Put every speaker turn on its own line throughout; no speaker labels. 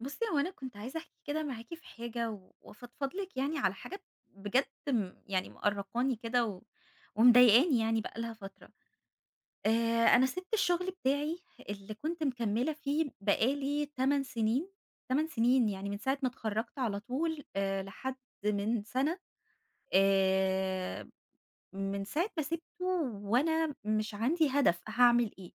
بُصّي، هو أنا كنت عايزة أحكي كده معاكِ في حاجة و وأفضفض لِك يعني على حاجة بجد، يعني مأرّقاني كده و ومضايقاني يعني بقى لها فترة. آآ أنا سِبت الشغل بتاعي اللي كنت مكمّلة فيه بقى لي 8 سنين، 8 سنين، يعني من ساعة ما اتخرّجت على طول لحد من سَنة آآ من ساعة ما سِبته، وأنا مش عندي هدف هاعمل إيه.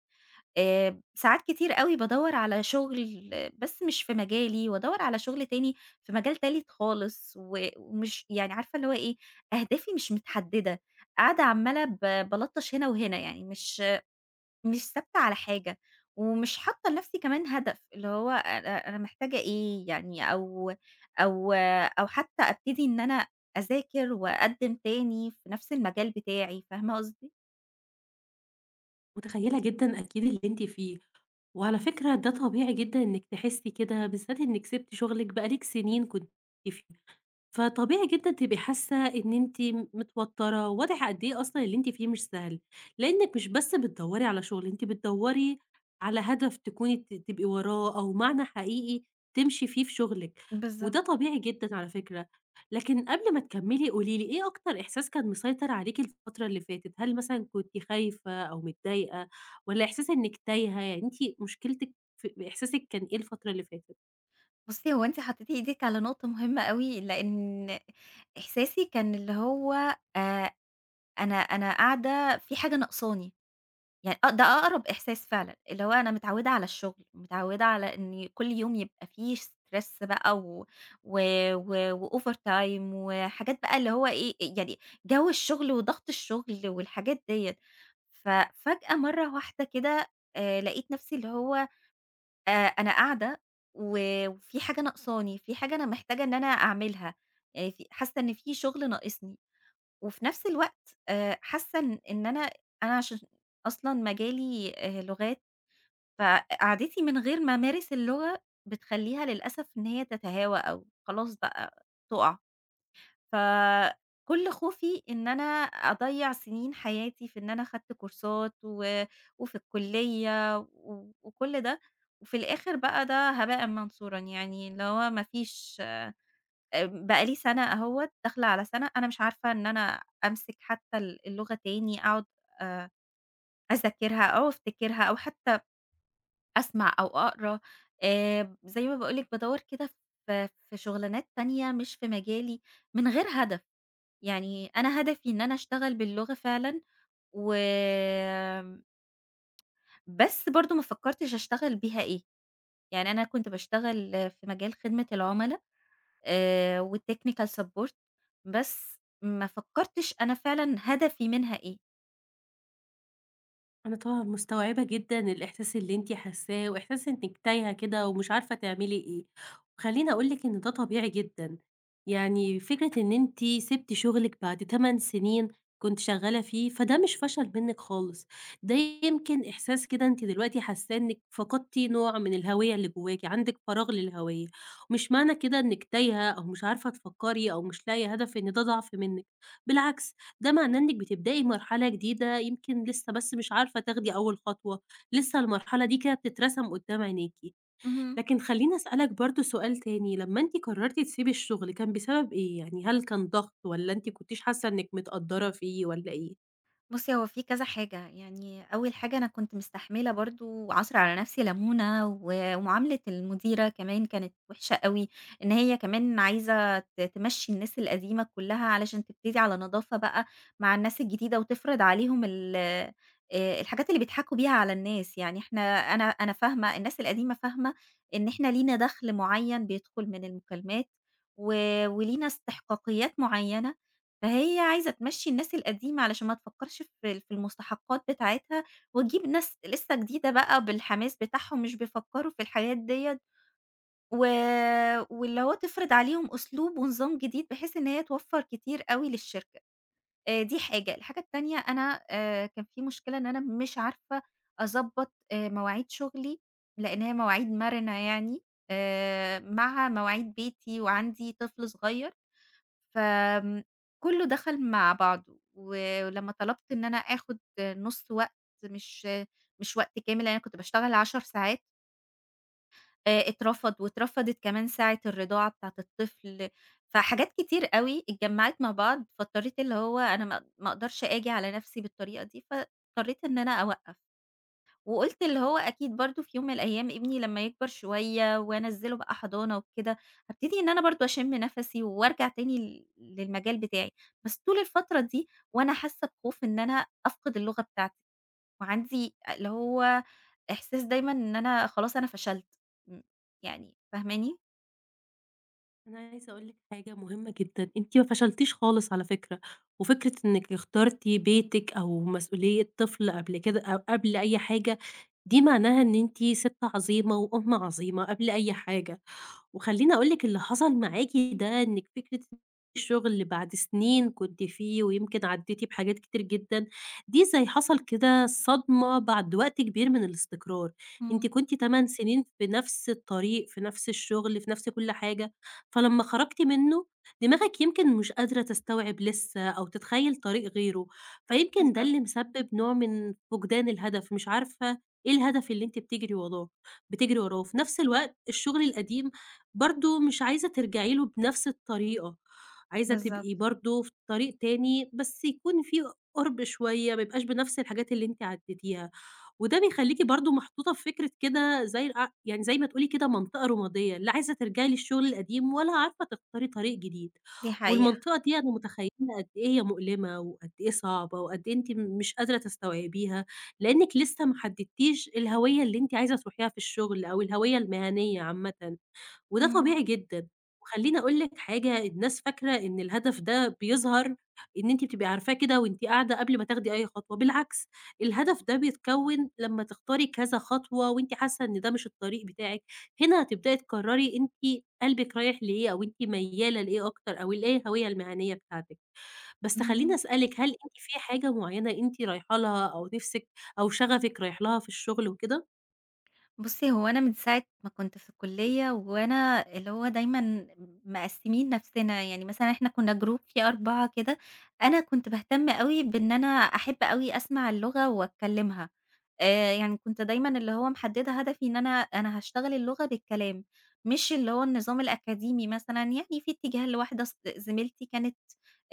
ساعات كتير أوي بادوّر على شغل بس مش في مجالي، وادوّر على شغل تاني في مجال تالت خالص، و ومش يعني عارفة اللي هو إيه، أهدافي مش متحددة، قاعدة عمّالة بالطّش هنا وهنا، يعني مش ثابتة على حاجة، ومش حاطة لنفسي كمان هدف، اللي هو أنا محتاجة إيه يعني، أو أو أو حتى أبتدي إن أنا أذاكر وأقدّم تاني في نفس المجال بتاعي. فاهمة قصدي؟
متخيلة جدًا أكيد اللي أنتِ فيه، وعلى فكرة ده طبيعي جدًا إنِك تحسي كده، بالذات إنِك سِبتِ شغلِك بقى لِك سنين كنتِ فيه. فطبيعي جدًا تبقي حاسة إن أنتِ متوترة، واضح قد إيه أصلًا اللي أنتِ فيه مش سهل، لإنِّك مش بس بتدوّري على شغل، أنتِ بتدوّري على هدف تكوني تبقي وراه أو معنى حقيقي تمشي فيه في شغلِك،
بالضبط.
وده طبيعي جدًا على فكرة. لكن قبل ما تكمّلي قولي لي، إيه أكتر إحساس كان مسيطر عليكِ الفترة اللي فاتت؟ هل مثلًا كنتِ خايفة أو متضايقة والّا إحساس إنِّك تايهة؟ يعني أنتِ مشكلتِك في إحساسِك كان إيه الفترة اللي فاتت؟
بُصّي، هو أنتِ حطيتِ إيدِك على نقطة مهمة أوي، لإن إحساسي كان اللي هو آآ، أنا قاعدة في حاجة ناقصاني. يعني آه، ده أقرب إحساس فعلًا، اللي هو أنا متعودة على الشغل، متعودة على إن كل يوم يبقى فيه stress بقى و و و وovertime، وحاجات بقى اللي هو إيه، إيه، يعني جو الشغل وضغط الشغل والحاجات ديّة. ففجأة مرّة واحدة كده لقيت نفسي اللي هو أنا قاعدة و وفي حاجة ناقصاني، في حاجة أنا محتاجة إن أنا أعملها، في حاسة إن في شغل ناقصني. وفي نفس الوقت حاسة إن أنا عشان أصلًا مجالي لغات، فقعدتي من غير ما أمارس اللغة بتخلّيها للأسف إن هي تتهاوى أو خلاص بقى تُقع. فكل خوفي إن أنا أضيّع سنين حياتي في إن أنا خدت كورسات و وفي الكلية و وكل ده، وفي الآخر بقى ده هباءً منثورًا، يعني اللي هو ما فيش بقى لي سَنة أهوّة، داخلة على سَنة، أنا مش عارفة إن أنا أمسك حتى اللغة تاني، أقعد آآ أذاكرها أو أفتكرها أو حتى أسمع أو أقرا. زي ما باقول لِك بادوّر كده في شُغلانات تانية مش في مجالي، من غير هدف. يعني أنا هدفي إن أنا أشتغل باللغة فعلًا، و بس برضه ما فكّرتش أشتغل بيها إيه. يعني أنا كنت باشتغل في مجال خدمة العُملا وTechnical support، بس ما فكّرتش أنا فعلًا هدفي منها إيه.
أنا طبعًا مستوعبة جدًا الإحساس اللي أنتِ حاسّاه، وإحساس إنِّك تايهة كده ومش عارفة تعملي إيه. وخلّيني أقول لِك إن ده طبيعي جدًا. يعني فكرة إن أنتِ سِبتِ شغلِك بعد 8 سنين كنتِ شغّالة فيه، فده مش فشل منِّك خالص. ده يمكن إحساس كده أنتِ دلوقتي حاسّاه إنِّك فقدتِ نوع من الهوية اللي جواكِ، عندِك فراغ للهوية. مش معنى كده إنِّك تايهة أو مش عارفة تفكّري أو مش لاقية هدف إن ده ضعف منِّك، بالعكس، ده معناه إنِّك بتبدئي مرحلة جديدة، يمكن لسه بس مش عارفة تاخدي أول خطوة، لسه المرحلة دي كده بتترسم قدّام عينيكِ.
اهم.
لكن خلّيني أسألِك برضه سؤال تاني، لمّا أنتِ قررتِ تسيبي الشغل كان بسبب إيه؟ يعني هل كان ضغط والّا أنتِ كنتيش حاسة إنِّك متقدّرة فيه والّا إيه؟
بُصّي، هو في كذا حاجة، يعني أول حاجة أنا كنت مستحملة برضه عصْر على نَفْسي لَمونة، و ومعاملة المديرة كمان كانت وِحشة أوي، إن هي كمان عايزة تمشّي الناس القديمة كلّها علشان تبتدي على نضافة بقى مع الناس الجديدة، وتفرض عليهم ال الحاجات اللي بيضحكوا بيها على الناس. يعني إحنا، أنا فاهمة، الناس القديمة فاهمة إن إحنا لينا دَخْل معيّن بيدخل من المكالمات، و ولينا استحقاقيات معيّنة، فهي عايزة تمشّي الناس القديمة علشان ما تفكّرش في المستحقات بتاعتها، وتجيب ناس لسه جديدة بقى بالحماس بتاعهم مش بيفكّروا في الحاجات ديّة، و واللي هو تفرض عليهم أسلوب ونظام جديد بحيث إن هي توفّر كتير أوي للشركة. دي حاجة. الحاجة التانية أنا كان في مشكلة إن أنا مش عارفة أضبّط مواعيد شغلي، لإن هي مواعيد مَرِنة يعني، مع مواعيد بيتي وعندي طفل صغير، فآمم كُلّه دخل مع بعضه. و ولمّا طلبت إن أنا آخُد نُص وقت، مش مش وقت كامل، لإن أنا كنت باشتغل 10 ساعات، اترفض، واترفضت كمان ساعة الرضاعة بتاعة الطفل. فحاجات كتير أوي اتجمّعت مع بعض، فاضطريت اللي هو أنا ما أقدرش آجي على نَفْسي بالطريقة دي، فاضطريت إن أنا أوقّف. وقُلت اللي هو أكيد برضه في يوم من الأيام ابني لمّا يكبر شوية وأنزّله بقى حضانة وكده، هابتدي إن أنا برضه أشم نَفَسي وأرجع تاني للمجال بتاعي. بس طول الفترة دي وأنا حاسة بخوف إن أنا أفقد اللغة بتاعتي، وعندي اللي هو إحساس دايمًا إن أنا خلاص أنا فشلت، م يعني فاهماني؟
أنا عايزة أقول لِك حاجة مهمة جدًا، أنتِ ما فشلتيش خالص على فكرة، وفكرة إنِّك اخترتِ بيتِك أو مسؤولية طفل قبل كده أو قبل أي حاجة، دي معناها إن أنتِ سِت عظيمة وأم عظيمة قبل أي حاجة. وخلّيني أقول لِك، اللي حصل معاكِ ده إنِّك فكرة الشغل اللي بعد سنين كنتِ فيه ويمكن عدّيتِ بحاجات كتير جدًا، دي زي حصل كده صدمة بعد وقت كبير من الاستقرار. أنتِ
إمم.
كنتِ 8 سنين في نفس الطريق، في نفس الشغل، في نفس كل حاجة، فلمّا خرجتِ منّه دماغك يمكن مش قادرة تستوعب لسه أو تتخيّل طريق غيره، فيمكن ده
بالضبط.
اللي مسبب نوع من فقدان الهدف، مش عارفة إيه الهدف اللي أنتِ بتجري وراه، وفي نفس الوقت الشغل القديم برضه مش عايزة ترجعي له بنفس الطريقة، عايزة
بالضبط،
تبقي برضه في طريق تاني بس يكون في قُرب شوية، ما يبقاش بنفس الحاجات اللي أنتِ عدّيتيها. وده بيخلّيكِ برضه محطوطة في فكرة كده زي يعني زي ما تقولي كده منطقة رمادية، لا عايزة ترجعي للشغل القديم ولا عارفة تختاري طريق جديد.
دي حقيقة.
والمنطقة دي أنا متخيّلة قد إيه هي مؤلمة وقد إيه صعبة وقد إيه أنتِ مش قادرة تستوعبيها، لإنِّك لسه ما حددتيش الهوية اللي أنتِ عايزة تروحيها في الشغل أو الهوية المهنية عامةً. وده
إمم،
طبيعي جدًا. وخلّيني أقول لِك حاجة، الناس فاكرة إن الهدف ده بيظهر إن أنتِ بتبقي عارفاه كده وأنتِ قاعدة قبل ما تاخدي أي خطوة، بالعكس الهدف ده بيتكوّن لمّا تختاري كذا خطوة وأنتِ حاسة إن ده مش الطريق بتاعِك، هنا هتبدئي تقرري أنتِ قلبِك رايح لإيه أو أنتِ ميّالة لإيه أكتر أو إيه الهوية المهنية بتاعتِك. بس خلّيني
إمم.
أسألِك، هل أنتِ في حاجة معيّنة أنتِ رايحة لها أو نِفْسِك أو شغفِك رايح لها في الشغل وكده؟
بُصّي، هو أنا من ساعة ما كنت في الكُلّية وأنا اللي هو دايمًا مقسّمين نَفْسنا. يعني مثلًا إحنا كُنّا group فيه 4 كده، أنا كنت باهتم أوي بإن أنا أحب أوي أسمع اللغة وأتكلّمها، يعني كنت دايمًا اللي هو محدّدة هدفي إن أنا هاشتغل اللغة بالكلام، مش اللي هو النظام الأكاديمي مثلًا. يعني في اتجاه لواحدة، زميلتي كانت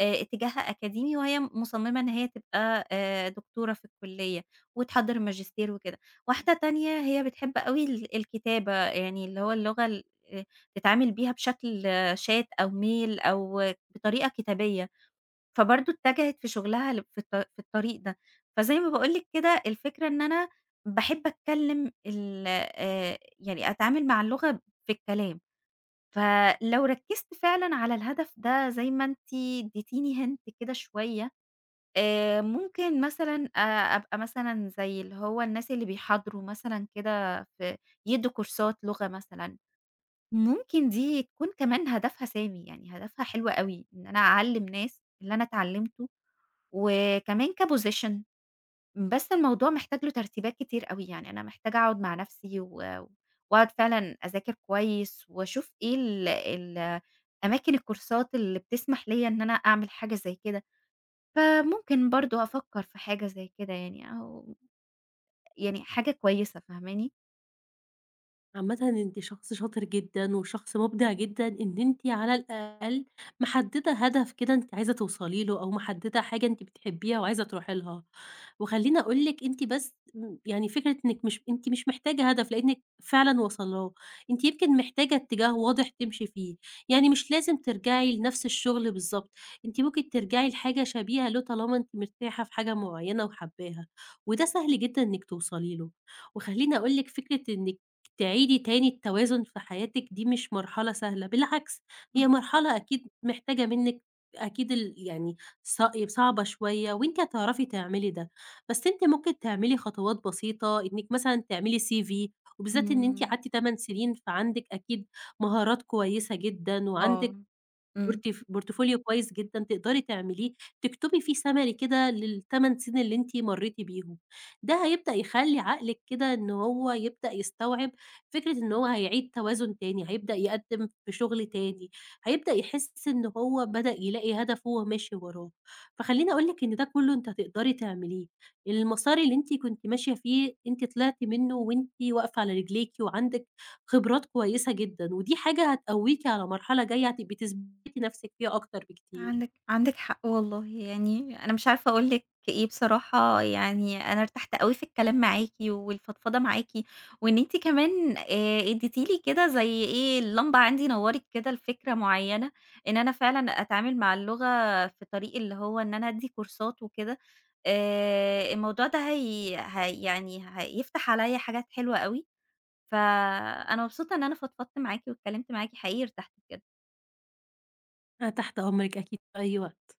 اتجاهها أكاديمي، وهي مصمّمة إن هي تبقى دكتورة في الكُلّية وتحضّر ماجستير وكده. واحدة تانية هي بتحب أوي الكتابة، يعني اللي هو اللغة ال آآ تتعامل بيها بشكل chat أو mail أو بطريقة كتابية، فبرضه اتجهت في شغلها ل في الط في الطريق ده. فزي ما باقول لِك كده، الفكرة إن أنا باحب أتكلم ال يعني أتعامل مع اللغة في الكلام. فلو ركزت فعلًا على الهدف ده زي ما أنتِ اديتيني hint كده شوية، ممكن مثلًا أبقى مثلًا زي اللي هو الناس اللي بيحاضروا مثلًا كده، يدّوا كورسات لغة مثلًا. ممكن دي تكون كمان هدفها سامي، يعني هدفها حلو أوي، إن أنا أعلّم ناس اللي أنا اتعلّمته، وكمان كposition. بس الموضوع محتاج له ترتيبات كتير أوي، يعني أنا محتاجة أقعد مع نفسي و وأقعد فعلًا أذاكر كويس، وأشوف إيه ال أماكن الكورسات اللي بتسمح ليّا إن أنا أعمل حاجة زي كده. فممكن برضه أفكّر في حاجة زي كده، يعني يعني حاجة كويسة. فاهماني؟
عامةً أنتِ شخص شاطر جدًا، وشخص مُبدع جدًا إن أنتِ على الأقل محددة هدف كده أنتِ عايزة توصلي له، أو محددة حاجة أنتِ بتحبيها وعايزة تروحي لها. وخلّيني أقول لِك، أنتِ بس يعني فكرة إنِك مش أنتِ مش محتاجة هدف لأنِك فعلًا واصلاه، أنتِ يمكن محتاجة اتجاه واضح تمشي فيه، يعني مش لازم ترجعي لنفس الشغل بالضبط، أنتِ ممكن ترجعي لحاجة شبيهة له طالما أنتِ مرتاحة في حاجة معينة وحاباها، وده سهل جدًا إنِك توصلي له. وخلّيني أقول لِك، فكرة إنِك تعيدي تاني التوازن في حياتِك دي مش مرحلة سهلة، بالعكس هي مرحلة أكيد محتاجة منِّك، أكيد يعني ص صعبة شوية، وأنتِ هتعرفي تعملي ده. بس أنتِ ممكن تعملي خطوات بسيطة، إنِّك مثلًا تعملي CV، وبالذات إن أنتِ
اهم.
قعدتِ 8 سنين، فعندِك أكيد مهارات كويسة جدًا،
آه.
وعندِك
إمم.
بورتفوليو كويس جدًا تقدري تعمليه، تكتبي فيه سمري كده لل8 سنين اللي أنتِ مرّيتِ بيهم. ده هيبدأ يخلّي عقلِك كده إن هو يبدأ يستوعب فكرة إن هو هيعيد توازن تاني، هيبدأ يقدّم في شغل تاني، هيبدأ يحس إن هو بدأ يلاقي هدفه وهو ماشي وراه. فخلّيني أقول لِك إن ده كلّه أنتِ هتقدري تعمليه. المسار اللي أنتِ كنتِ ماشية فيه أنتِ طلعتِ منه وأنتِ واقفة على رجليكِ، وعندِك خبرات كويسة جدًا، ودي حاجة هتقويكِ على مرحلة جاية هتبقي تثبتي نفسِك فيها أكتر بكتير.
عندِك حق والله. يعني أنا مش عارفة أقول لِك إيه بصراحة، يعني أنا ارتحت أوي في الكلام معاكِ والفضفضة معاكِ، وإن أنتِ كمان اديتِ لي كده زي إيه، اللمبة عندي نوّرِت كده لفكرة معيّنة، إن أنا فعلًا أتعامل مع اللغة في طريق اللي هو إن أنا أدّي كورسات وكده. الموضوع ده هي يعني هيفتح عليَّ حاجات حلوة أوي، فأنا مبسوطة إن أنا فضفضت معاكِ واتكلمت معاكِ. حقيقي ارتحت بجد.
أنا تحت أمرِك أكيد في أي وقت.